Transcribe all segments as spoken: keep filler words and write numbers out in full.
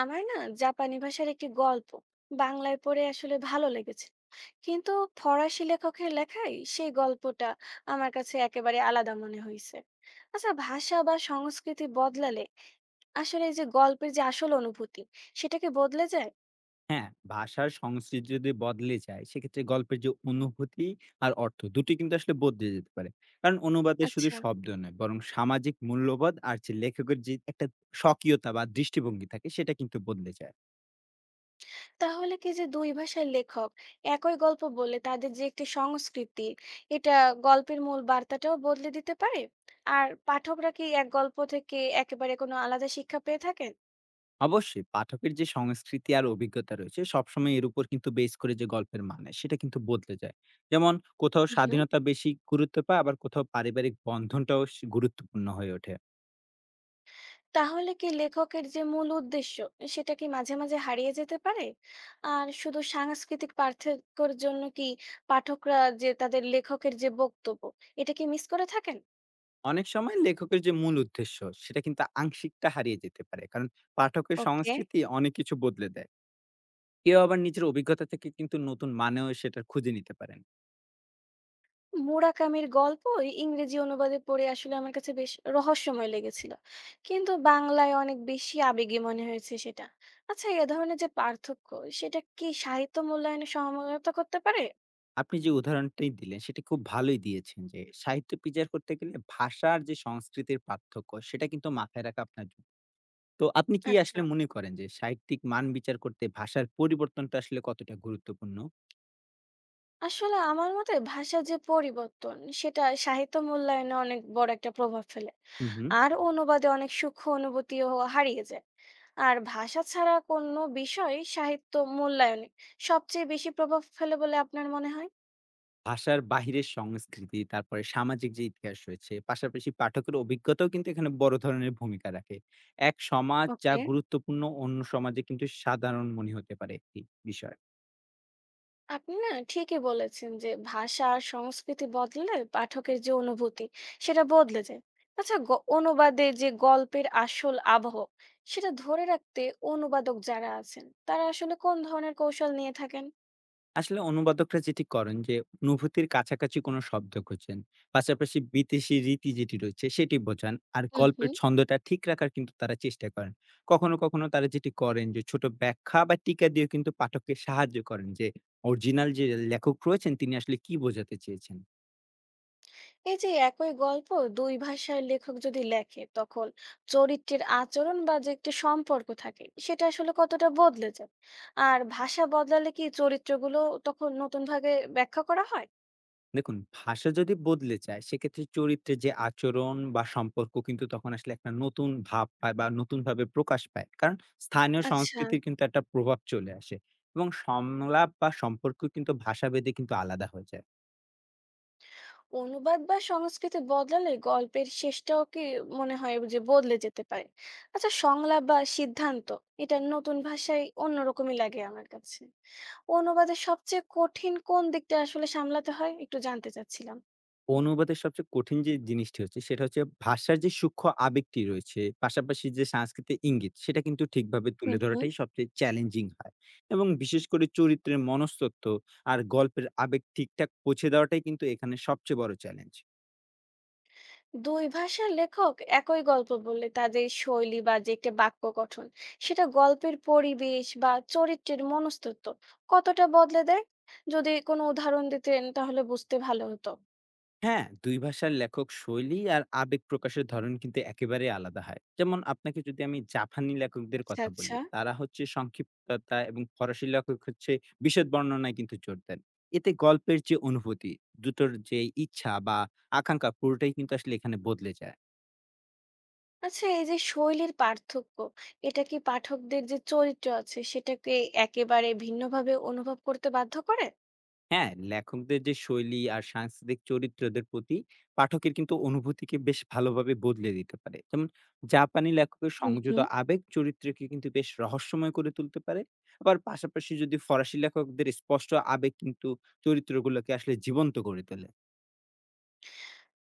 আমার না জাপানি ভাষার একটি গল্প বাংলায় পড়ে আসলে ভালো লেগেছে, কিন্তু ফরাসি লেখকের লেখায় সেই গল্পটা আমার কাছে একেবারে আলাদা মনে হয়েছে। আচ্ছা, ভাষা বা সংস্কৃতি বদলালে আসলে এই যে গল্পের যে আসল অনুভূতি সেটাকে বদলে যায়? হ্যাঁ, ভাষার সংস্কৃতি যদি বদলে যায় সেক্ষেত্রে গল্পের যে অনুভূতি আর অর্থ দুটি কিন্তু আসলে বদলে যেতে পারে। কারণ অনুবাদে শুধু আচ্ছা। শব্দ নয় বরং সামাজিক মূল্যবোধ আর যে লেখকের যে একটা স্বকীয়তা বা দৃষ্টিভঙ্গি থাকে সেটা কিন্তু বদলে যায়। তাহলে কি যে দুই ভাষার লেখক একই গল্প বলে তাদের যে একটি সংস্কৃতি এটা গল্পের মূল বার্তাটাও বদলে দিতে পারে? আর পাঠকরা কি এক গল্প থেকে একেবারে কোনো আলাদা শিক্ষা পেয়ে থাকেন? অবশ্যই পাঠকের যে সংস্কৃতি আর অভিজ্ঞতা রয়েছে সবসময় এর উপর কিন্তু বেস করে যে গল্পের মানে সেটা কিন্তু বদলে যায়। যেমন কোথাও স্বাধীনতা বেশি গুরুত্ব পায় আবার কোথাও পারিবারিক বন্ধনটাও স গুরুত্বপূর্ণ হয়ে ওঠে। তাহলে কি লেখকের যে মূল উদ্দেশ্য সেটা কি মাঝে মাঝে হারিয়ে যেতে পারে? আর শুধু সাংস্কৃতিক পার্থক্যের জন্য কি পাঠকরা যে তাদের লেখকের যে বক্তব্য এটা কি মিস করে থাকেন? অনেক সময় লেখকের যে মূল উদ্দেশ্য সেটা কিন্তু আংশিকটা হারিয়ে যেতে পারে কারণ পাঠকের ওকে। সংস্কৃতি অনেক কিছু বদলে দেয়। কেউ আবার নিজের অভিজ্ঞতা থেকে কিন্তু নতুন মানেও সেটা খুঁজে নিতে পারেন। মুরাকামির গল্প ইংরেজি অনুবাদে পড়ে আসলে আমার কাছে বেশ রহস্যময় লেগেছিল, কিন্তু বাংলায় অনেক বেশি আবেগী মনে হয়েছে সেটা। আচ্ছা, এ ধরনের যে পার্থক্য সেটা কি সাহিত্য মূল্যায়নে সহায়তা করতে পারে? আপনি যে উদাহরণটি দিলেন সেটা খুব ভালোই দিয়েছেন যে সাহিত্য বিচার করতে গেলে ভাষার যে সংস্কৃতির পার্থক্য সেটা কিন্তু মাথায় রাখা আপনার জন্য। তো আপনি কি আচ্ছা, আসলে মনে করেন যে সাহিত্যিক মান বিচার করতে ভাষার পরিবর্তনটা আসলে কতটা গুরুত্বপূর্ণ? আসলে আমার মতে ভাষার যে পরিবর্তন সেটা সাহিত্য মূল্যায়নে অনেক বড় একটা প্রভাব ফেলে। হুম হুম আর অনুবাদে অনেক সূক্ষ্ম অনুভূতিও হারিয়ে যায়। আর ভাষা ছাড়া কোনো বিষয় সাহিত্য মূল্যায়নে সবচেয়ে বেশি প্রভাব ফেলে বলে আপনার মনে হয়? ভাষার বাহিরের সংস্কৃতি, তারপরে সামাজিক যে ইতিহাস রয়েছে, পাশাপাশি পাঠকের অভিজ্ঞতাও কিন্তু এখানে বড় ধরনের ভূমিকা রাখে। এক সমাজ যা ওকে। গুরুত্বপূর্ণ অন্য সমাজে কিন্তু সাধারণ মনে হতে পারে একটি বিষয়। আপনি না ঠিকই বলেছেন যে ভাষা আর সংস্কৃতি বদলে পাঠকের যে অনুভূতি সেটা বদলে যায়। আচ্ছা, গ- অনুবাদে যে গল্পের আসল আবহ সেটা ধরে রাখতে অনুবাদক যারা আছেন তারা আসলে কোন ধরনের কৌশল নিয়ে থাকেন? আসলে অনুবাদকরা যেটি করেন যে অনুভূতির কাছাকাছি কোনো শব্দ খোঁজেন। পাশাপাশি বিদেশি রীতি যেটি রয়েছে সেটি বোঝান। আর হুম গল্পের হুম। ছন্দটা ঠিক রাখার কিন্তু তারা চেষ্টা করেন। কখনো, কখনো তারা যেটি করেন যে ছোট ব্যাখ্যা বা টিকা দিয়েও কিন্তু পাঠককে সাহায্য করেন যে অরিজিনাল যে লেখক রয়েছেন তিনি আসলে কি বোঝাতে চেয়েছেন। এই যে একই গল্প দুই ভাষার লেখক যদি লেখে তখন চরিত্রের আচরণ বা যে একটা সম্পর্ক থাকে সেটা আসলে কতটা বদলে যায়? আর ভাষা বদলালে কি চরিত্রগুলো তখন নতুন ভাবে ব্যাখ্যা করা হয়? দেখুন, ভাষা যদি বদলে যায় সেক্ষেত্রে চরিত্রের যে আচরণ বা সম্পর্ক কিন্তু তখন আসলে একটা নতুন ভাব পায় বা নতুনভাবে প্রকাশ পায়। কারণ স্থানীয় আচ্ছা। সংস্কৃতির কিন্তু একটা প্রভাব চলে আসে এবং সংলাপ বা সম্পর্ক কিন্তু ভাষাভেদে কিন্তু আলাদা হয়ে যায়। অনুবাদ বা সংস্কৃতি বদলালে গল্পের শেষটাও কি মনে হয় যে বদলে যেতে পারে? আচ্ছা, সংলাপ বা সিদ্ধান্ত এটা নতুন ভাষায় অন্যরকমই লাগে আমার কাছে। অনুবাদের সবচেয়ে কঠিন কোন দিকটা আসলে সামলাতে হয় একটু জানতে চাচ্ছিলাম। অনুবাদের সবচেয়ে কঠিন যে জিনিসটি হচ্ছে সেটা হচ্ছে ভাষার যে সূক্ষ্ম আবেগটি রয়েছে, পাশাপাশি যে সাংস্কৃতিক ইঙ্গিত সেটা কিন্তু ঠিকভাবে তুলে হুম হুম। ধরাটাই সবচেয়ে চ্যালেঞ্জিং হয়। এবং বিশেষ করে চরিত্রের মনস্তত্ত্ব আর গল্পের আবেগ ঠিকঠাক পৌঁছে দেওয়াটাই কিন্তু এখানে সবচেয়ে বড় চ্যালেঞ্জ। দুই ভাষার লেখক একই গল্প বললে তাদের শৈলী বা যে একটা বাক্য গঠন সেটা গল্পের পরিবেশ বা চরিত্রের মনস্তত্ত্ব কতটা বদলে দেয়? যদি কোনো উদাহরণ দিতেন তাহলে বুঝতে ভালো হতো। হ্যাঁ, দুই ভাষার লেখক শৈলী আর আবেগ প্রকাশের ধরন কিন্তু একেবারেই আলাদা হয়। যেমন আপনাকে যদি আমি জাপানি লেখকদের আচ্ছা, কথা আচ্ছা। বলি, তারা হচ্ছে সংক্ষিপ্ততা এবং ফরাসি লেখক হচ্ছে বিশদ বর্ণনায় কিন্তু জোর দেন। এতে গল্পের যে অনুভূতি, দুটোর যে ইচ্ছা বা আকাঙ্ক্ষা পুরোটাই কিন্তু আসলে এখানে বদলে যায়। আচ্ছা, এই যে শৈলীর পার্থক্য, এটা কি পাঠকদের যে চরিত্র আছে সেটাকে একেবারে ভিন্নভাবে অনুভব করতে বাধ্য করে? হ্যাঁ, লেখকদের যে শৈলী আর সাংস্কৃতিক চরিত্রদের প্রতি পাঠকের কিন্তু অনুভূতিকে বেশ ভালোভাবে বদলে দিতে পারে। যেমন জাপানি লেখকের হুম সংযত হুম। আবেগ চরিত্রকে কিন্তু বেশ রহস্যময় করে তুলতে পারে। আবার পাশাপাশি যদি ফরাসি লেখকদের স্পষ্ট আবেগ কিন্তু চরিত্রগুলোকে আসলে জীবন্ত করে তোলে।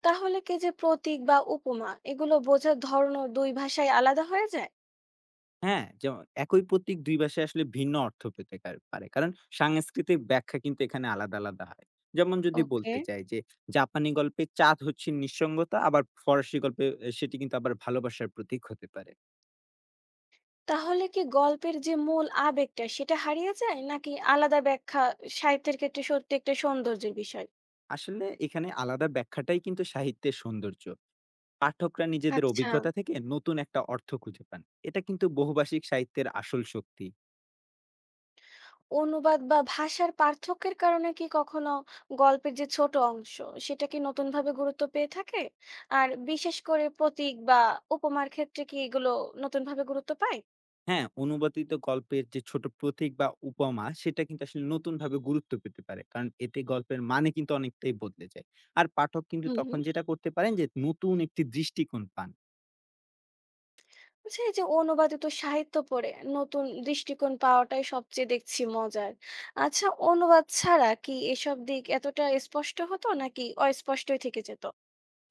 তাহলে কি যে প্রতীক বা উপমা এগুলো বোঝার ধরনও দুই ভাষায় আলাদা হয়ে যায়? হ্যাঁ, যেমন একই প্রতীক দুই ভাষায় আসলে ভিন্ন অর্থ পেতে কার পারে। কারণ সাংস্কৃতিক ব্যাখ্যা কিন্তু এখানে আলাদা, আলাদা হয়। যেমন যদি ওকে। বলতে চাই যে জাপানি গল্পে চাঁদ হচ্ছে নিঃসঙ্গতা, আবার ফরাসি গল্পে এ সেটি কিন্তু আবার ভালোবাসার প্রতীক হতে পারে। তাহলে কি গল্পের যে মূল আবেগটা সেটা হারিয়ে যায় নাকি আলাদা ব্যাখ্যা সাহিত্যের ক্ষেত্রে সত্যি একটা সৌন্দর্যের বিষয়? আসলে এখানে আলাদা ব্যাখ্যাটাই কিন্তু সাহিত্যের সৌন্দর্য। পাঠকরা নিজেদের আচ্ছা। অভিজ্ঞতা থেকে নতুন একটা অর্থ খুঁজে পান। এটা কিন্তু বহুভাষিক সাহিত্যের আসল শক্তি। অনুবাদ বা ভাষার পার্থক্যের কারণে কি কখনো গল্পের যে ছোট অংশ সেটা কি নতুনভাবে গুরুত্ব পেয়ে থাকে? আর বিশেষ করে প্রতীক বা উপমার ক্ষেত্রে কি এগুলো নতুনভাবে গুরুত্ব পায়? হ্যাঁ, অনুবাদিত গল্পের যে ছোট প্রতীক বা উপমা সেটা কিন্তু আসলে নতুনভাবে গুরুত্ব পেতে পারে। কারণ এতে গল্পের মানে কিন্তু অনেকটাই বদলে যায়। আর পাঠক কিন্তু হুম তখন হুম। যেটা করতে পারেন যে নতুন একটি দৃষ্টিকোণ পান। আচ্ছা, এই যে অনুবাদিত সাহিত্য পড়ে নতুন দৃষ্টিকোণ পাওয়াটাই সবচেয়ে দেখছি মজার। আচ্ছা, অনুবাদ ছাড়া কি এসব দিক এতটা স্পষ্ট হতো নাকি অস্পষ্টই থেকে যেত?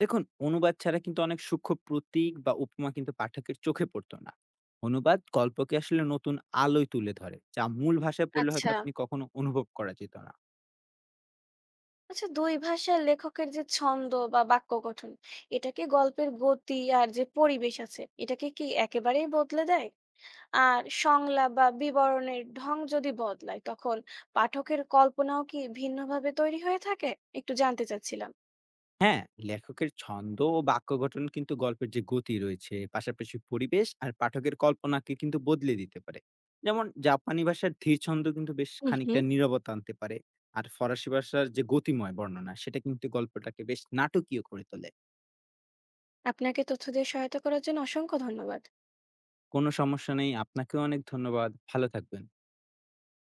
দেখুন, অনুবাদ ছাড়া কিন্তু অনেক সূক্ষ্ম প্রতীক বা উপমা কিন্তু পাঠকের চোখে পড়তো না। অনুবাদ গল্পকে আসলে নতুন আলোয় তুলে ধরে, যা মূল ভাষায় পড়লে হয়তো আচ্ছা, আপনি কখনো অনুভব করা যেত না। আচ্ছা, দুই ভাষার লেখকের যে ছন্দ বা বাক্য গঠন, এটা কি গল্পের গতি আর যে পরিবেশ আছে, এটাকে কি একেবারেই বদলে দেয়? আর সংলাপ বা বিবরণের ঢং যদি বদলায়, তখন পাঠকের কল্পনাও কি ভিন্নভাবে তৈরি হয়ে থাকে? একটু জানতে চাচ্ছিলাম। হ্যাঁ, লেখকের ছন্দ ও বাক্য গঠন কিন্তু গল্পের যে গতি রয়েছে পাশাপাশি পরিবেশ আর পাঠকের কল্পনাকে কিন্তু বদলে দিতে পারে। যেমন জাপানি ভাষার ধীর ছন্দ কিন্তু বেশ হুম, হুম। খানিকটা নীরবতা আনতে পারে। আর ফরাসি ভাষার যে গতিময় বর্ণনা সেটা কিন্তু গল্পটাকে বেশ নাটকীয় করে তোলে। আপনাকে তথ্য দিয়ে সহায়তা করার জন্য অসংখ্য ধন্যবাদ। কোনো সমস্যা নেই। আপনাকেও অনেক ধন্যবাদ। ভালো থাকবেন।